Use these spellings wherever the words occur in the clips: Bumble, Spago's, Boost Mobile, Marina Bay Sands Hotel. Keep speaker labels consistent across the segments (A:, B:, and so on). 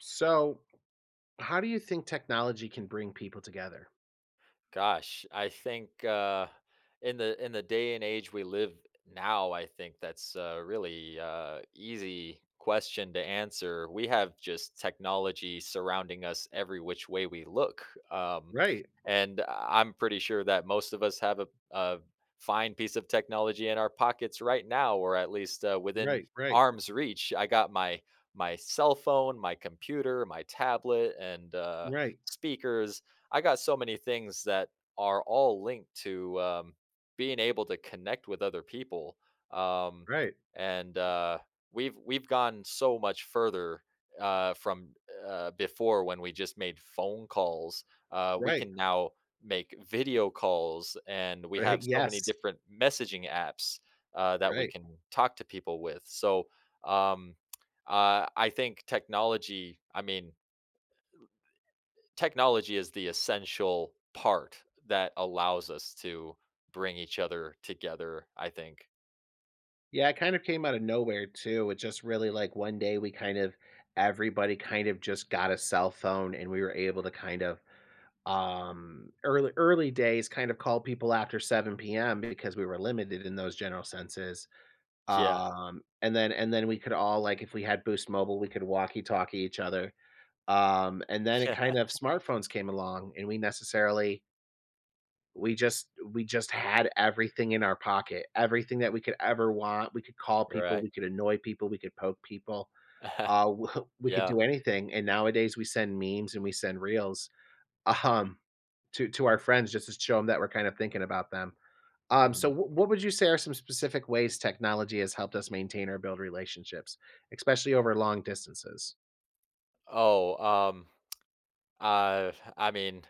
A: So, how do you think technology can bring people together?
B: Gosh, I think in the day and age we live now, I think that's a really easy question to answer. We have just technology surrounding us every which way we look.
A: Right,
B: And I- am pretty sure that most of us have a fine piece of technology in our pockets right now, or at least within
A: right, right,
B: arm's reach. I got my cell phone, my computer, my tablet, and
A: right,
B: speakers. I got so many things that are all linked to being able to connect with other people. Um,
A: right,
B: and We've gone so much further from before when we just made phone calls. We
A: right,
B: can now make video calls, and we
A: right.
B: have so many
A: Yes.
B: different messaging apps that we
A: Right.
B: can talk to people with. Um, I think technology. Technology is the essential part that allows us to bring each other together, I think.
A: Yeah, it kind of came out of nowhere too. It just really like one day we kind of everybody kind of just got a cell phone, and we were able to kind of early days kind of call people after 7 p.m. because we were limited in those general senses.
B: Yeah.
A: And then we could all, like, if we had Boost Mobile, we could walkie talkie each other. And then it
B: Yeah.
A: kind of smartphones came along, and we necessarily we just had everything in our pocket, everything that we could ever want. We could call people,
B: Right.
A: we could annoy people, we could poke people. We could
B: Yeah.
A: do anything. And nowadays we send memes and we send reels um to our friends just to show them that we're kind of thinking about them. Um,
B: Mhm.
A: so wh- what would you say are some specific ways technology has helped us maintain or build relationships, especially over long distances?
B: Oh, um, uh, I mean,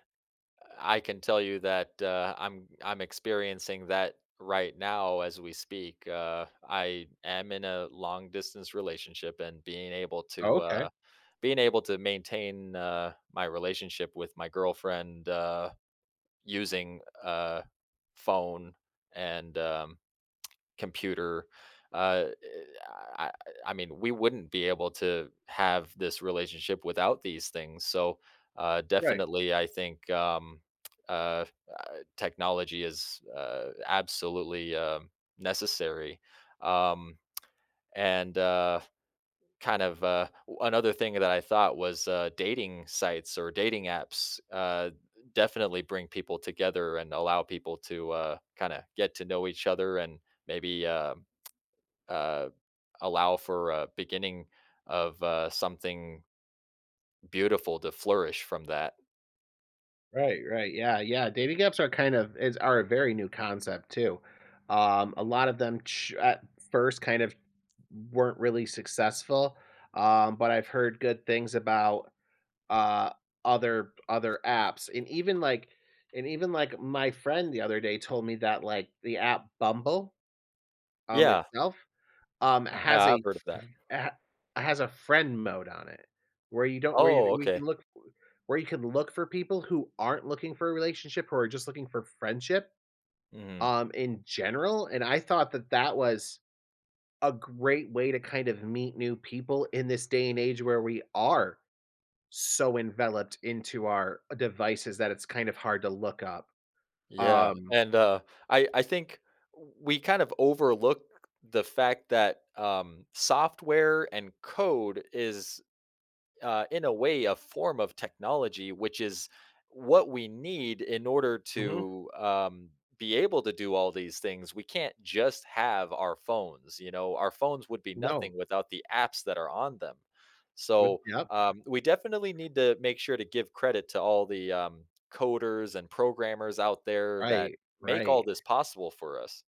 B: I can tell you that I'm experiencing that right now as we speak. I am in a long distance relationship, and
A: Oh, okay,
B: being able to maintain my relationship with my girlfriend. Using a phone and computer. Uh, I, I I mean, we wouldn't be able to have this relationship without these things. So,
A: right.
B: definitely, I think uh, uh, technology is absolutely necessary. Um, and kind of Another thing that I thought was, dating sites or dating apps definitely bring people together and allow people to, kind of get to know each other and maybe uh, allow for a beginning of something beautiful to flourish from that.
A: Right, right. Yeah, yeah. Dating apps are kind of is are a very new concept too. A lot of them at first kind of weren't really successful, but I've heard good things about uh, other apps, and even like my friend the other day told me that, like, the app Bumble
B: Yeah,
A: itself has
B: yeah,
A: a
B: I've
A: it
B: heard of that.
A: ha it has a friend mode on it, where you don't where
B: Oh,
A: you we
B: okay.
A: can look where you can look for people who aren't looking for a relationship, who are just looking for friendship,
B: Hmm.
A: in general, and I thought that that was a great way to kind of meet new people in this day and age where we are so enveloped into our devices that it's kind of hard to look up.
B: Yeah,
A: Um
B: and I think we kind of overlook the fact that software and code is, in a way, a form of technology, which is what we need in order
A: Mhm.
B: to be able to do all these things. We can't just have our phones. You know, our phones would be
A: No.
B: nothing without the apps that are on them.
A: With
B: So
A: Yep.
B: we definitely need to make sure to give credit to all the coders and programmers out there that
A: Right,
B: make all
A: right.
B: this possible for us.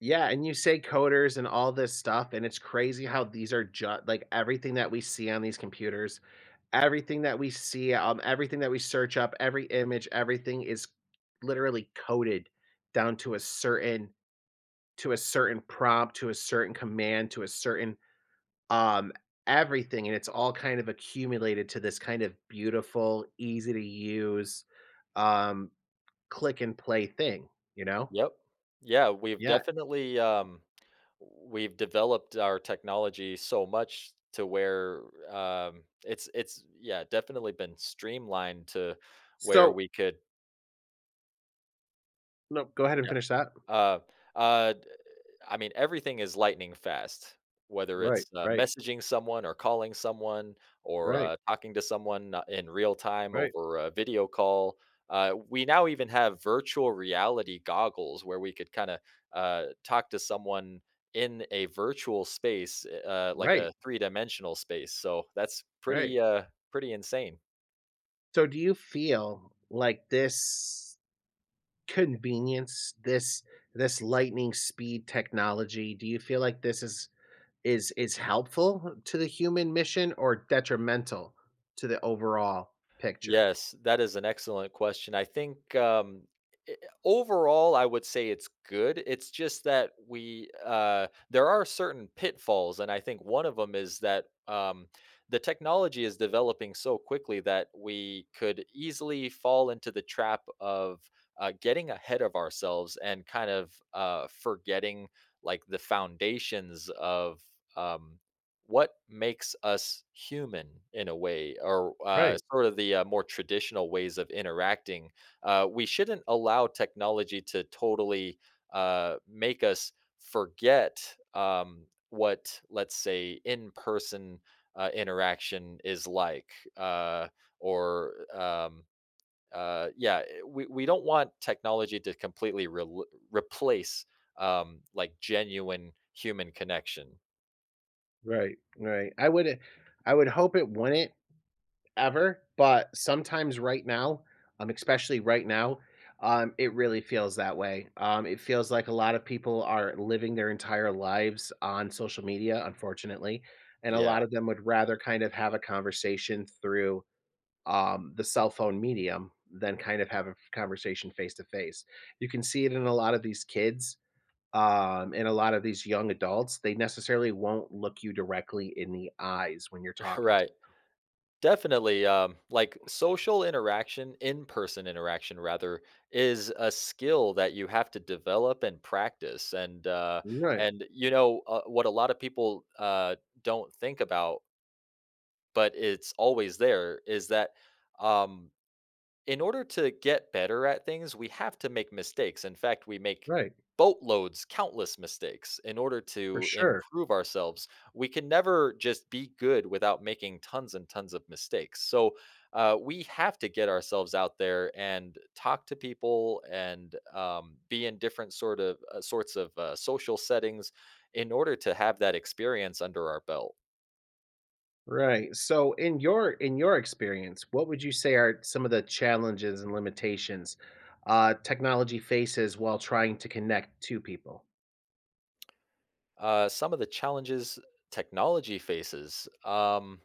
A: Yeah, and you say coders and all this stuff, and it's crazy how these are just like, everything that we see on these computers, everything that we see, everything that we search up, every image, everything is literally coded down to a certain prompt, to a certain command, to a certain, um, everything, and it's all kind of accumulated to this kind of beautiful, easy to use, um, click and play thing, you know?
B: Yep. Yeah, we've
A: Yeah.
B: definitely, we've developed our technology so much to where, it's yeah, definitely been streamlined to where
A: So
B: we could.
A: no, go ahead and finish that.
B: Uh, d I mean, everything is lightning fast, whether it's
A: Right, right,
B: messaging someone or calling someone or,
A: right,
B: talking to someone, in real time
A: right,
B: over a video call. We now even have virtual reality goggles where we could kinda, talk to someone in a virtual space, like
A: right,
B: a three-dimensional space, so that's
A: right.
B: pretty, pretty insane.
A: So do you feel like this convenience, this lightning speed technology, do you feel like this is helpful to the human mission, or detrimental to the overall picture?
B: Yes, that is an excellent question. I think, i- overall, I would say it's good. It's just that we, there are certain pitfalls, and I think one of them is that the technology is developing so quickly that we could easily fall into the trap of getting ahead of ourselves and kind of forgetting like the foundations of. Um, what makes us human in a way, or
A: Right,
B: sort of the more traditional ways of interacting. We shouldn't allow technology to totally make us forget what, let's say, in-person interaction is like. uh, or um, yeah we don't want technology to completely rel replace like genuine human connection.
A: right, right. I would hope it wouldn't ever, but sometimes right now, especially right now, it really feels that way. It feels like a lot of people are living their entire lives on social media, unfortunately, and a
B: Yeah.
A: lot of them would rather kind of have a conversation through the cell phone medium than kind of have a conversation face to face. You can see it in a lot of these kids, and a lot of these young adults. They necessarily won't look you directly in the eyes when you're talking.
B: Right. Definitely, like social interaction, in-person interaction rather, is a skill that you have to develop and practice.
A: Right,
B: And you know, what a lot of people don't think about, but it's always there, is that um, in order to get better at things, we have to make mistakes. In fact, we make
A: right,
B: boatloads, countless mistakes in order
A: for
B: to
A: sure.
B: improve ourselves. We can never just be good without making tons and tons of mistakes. So, we have to get ourselves out there and talk to people and be in different sorts of social settings in order to have that experience under our belt.
A: Right. So in your experience, what would you say are some of the challenges and limitations technology faces while trying to connect to people?
B: Some of the challenges technology faces.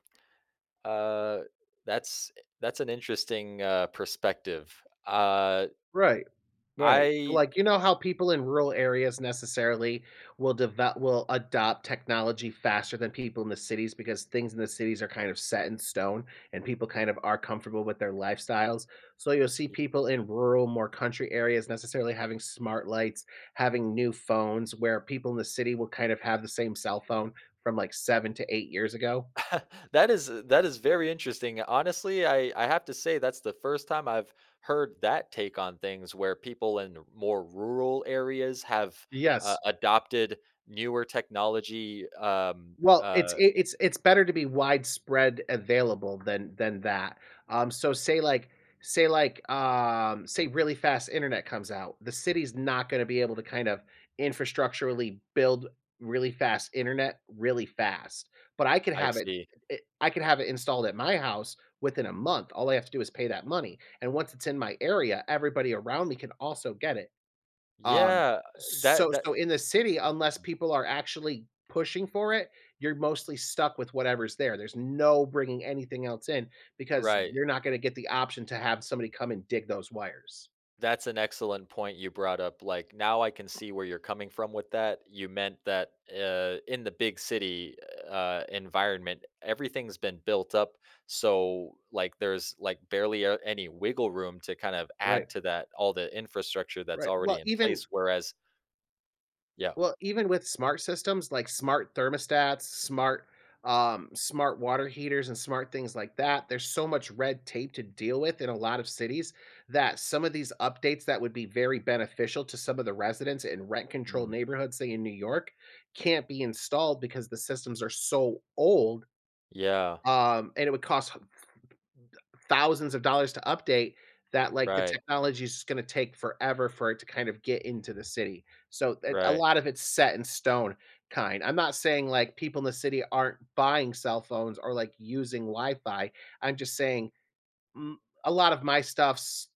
B: Uh, that's that's an interesting, perspective. Uh,
A: Right. Right. So,
B: I.
A: like, you know how people in rural areas necessarily will adopt technology faster than people in the cities because things in the cities are kind of set in stone, and people kind of are comfortable with their lifestyles. So you'll see people in rural, more country areas necessarily having smart lights, having new phones, where people in the city will kind of have the same cell phone from, like, 7 to 8 years ago.
B: That is that is very interesting. Honestly, I have to say that's the first time I've heard that take on things where people in more rural areas have
A: Yes.
B: adopted newer technology.
A: Well, it's it's better to be widespread available than that. So say really fast internet comes out, the city's not going to be able to kind of infrastructurally build really fast internet really fast. But I could
B: I
A: have it,
B: see.
A: I could have it installed at my house within a month. All I have to do is pay that money. And once it's in my area, everybody around me can also get it. Um,
B: Yeah,
A: so
B: that that
A: so in the city, unless people are actually pushing for it, you're mostly stuck with whatever's there. There's no bringing anything else in, because
B: Right.
A: you're not gonna get the option to have somebody come and dig those wires.
B: That's an excellent point you brought up. Like, now I can see where you're coming from with that. You meant that, in the big city environment, everything's been built up. So, like, there's like barely any wiggle room to kind of
A: Right,
B: add to that, all the infrastructure that's
A: right. Well,
B: already in
A: even
B: place. Whereas, yeah,
A: With smart systems, like smart thermostats, smart water heaters, and smart things like that, there's so much red tape to deal with in a lot of cities that some of these updates that would be very beneficial to some of the residents in rent controlled
B: mm,
A: neighborhoods, say, in New York, can't be installed because the systems are so old.
B: yeah,
A: And it would cost thousands of dollars to update that, like, the
B: right,
A: technology is going to take forever for it to kind of get into the city. So a
B: right,
A: lot of it's set in stone kind. I'm not saying, like, people in the city aren't buying cell phones or, like, using Wi-Fi. I'm just saying mm, a lot of my stuff's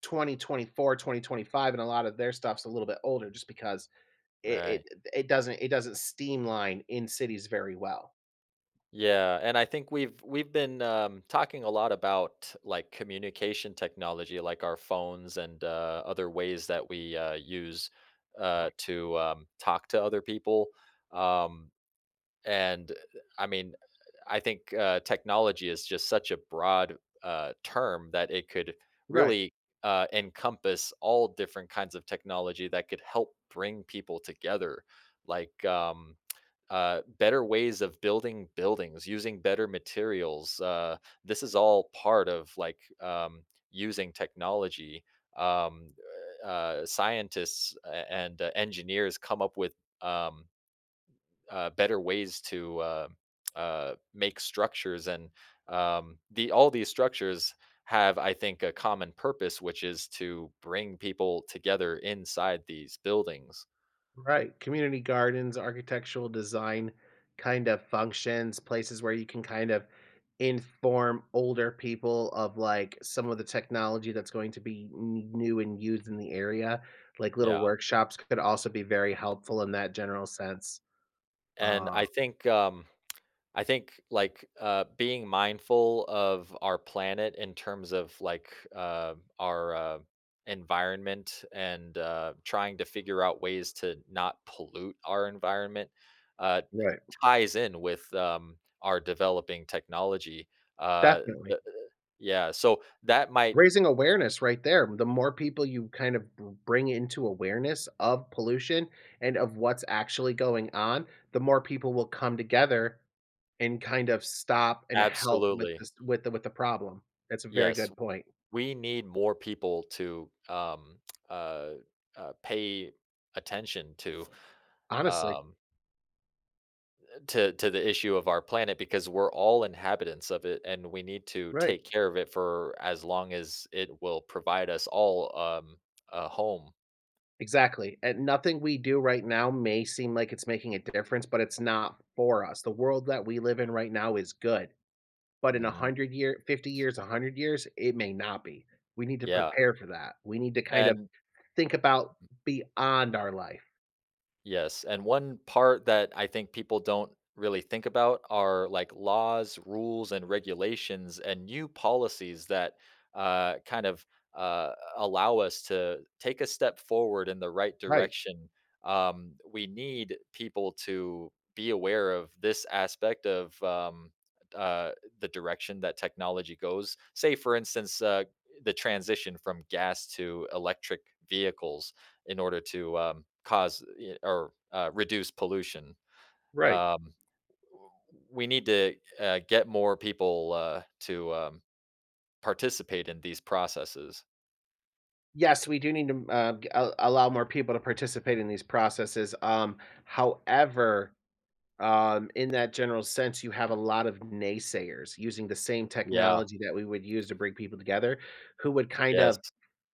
A: 2024, 2025, and a lot of their stuff's a little bit older just because it it
B: right.
A: it doesn't streamline in cities very well.
B: Yeah, and I think we've been talking a lot about like communication technology, like our phones and other ways that we use to talk to other people. Um, and I mean, I think technology is just such a broad term that it could
A: Right.
B: really encompass all different kinds of technology that could help bring people together. Like, better ways of building buildings, using better materials. This is all part of like using technology. Um, Scientists and engineers come up with um, better ways to make structures, and the all these structures have, I think, a common purpose, which is to bring people together inside these buildings.
A: Right. Community gardens, architectural design kind of functions, places where you can kind of inform older people of, like, some of the technology that's going to be new and used in the area. Like, little
B: Yeah,
A: workshops could also be very helpful in that general sense.
B: and
A: Uh,
B: I think like being mindful of our planet in terms of like our environment and trying to figure out ways to not pollute our environment uh,
A: right.
B: ties in with our developing technology. Uh,
A: Definitely.
B: th- yeah, so that might.
A: Raising awareness right there. The more people you kind of bring into awareness of pollution and of what's actually going on, the more people will come together and kind of stop and help with
B: Absolutely,
A: this with the problem. That's a very
B: yes,
A: good point.
B: we need more people to uh, pay attention to.
A: Honestly,
B: Um, to the issue of our planet, because we're all inhabitants of it and we need to
A: right.
B: take care of it for as long as it will provide us all a home.
A: Exactly, and nothing we do right now may seem like it's making a difference, but it's not for us. The world that we live in right now is good, but in
B: Mhm.
A: 100 year, 50 years, 100 years, it may not be. We need to
B: Yeah.
A: prepare for that. We need to kind of
B: And
A: think about beyond our life.
B: yes, and one part that I think people don't really think about are like laws, rules, and regulations, and new policies that kind of uh, allow us to take a step forward in the right
A: Right,
B: direction. We need people to be aware of this aspect of uh, the direction that technology goes. Say, for instance, the transition from gas to electric vehicles in order to cause or reduce pollution.
A: right.
B: Um, we need to get more people to participate in these processes.
A: Yes, we do need to, g a allow more people to participate in these processes, however, in that general sense, you have a lot of naysayers using the same
B: Yeah.
A: technology that we would use to bring people together, who would kind
B: Yes.
A: of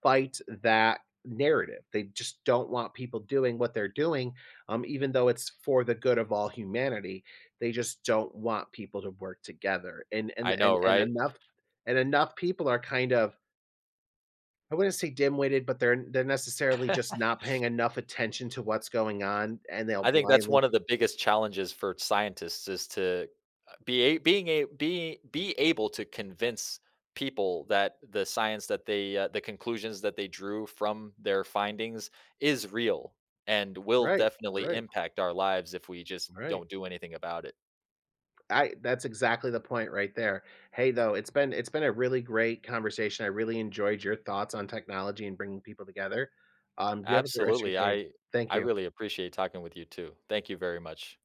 A: fight that narrative. They just don't want people doing what they're doing, even though it's for the good of all humanity. They just don't want people to work together. And and
B: I know,
A: and and
B: right?
A: enough and enough people are kind of, I wouldn't say dim-witted, but they're necessarily just not paying enough attention to what's going on, and they'll
B: I think that's
A: blindly.
B: one of the biggest challenges for scientists is to be a, being a be able to convince people that the conclusions that they drew from their findings is real and will
A: Right,
B: definitely
A: right,
B: impact our lives if we just
A: right.
B: don't do anything about it.
A: I that's exactly the point right there. Hey, though, it's been a really great conversation. I really enjoyed your thoughts on technology and bringing people together. You have a great rest of
B: Absolutely.
A: your day. Thank
B: I
A: you.
B: really appreciate talking with you too. Thank you very much.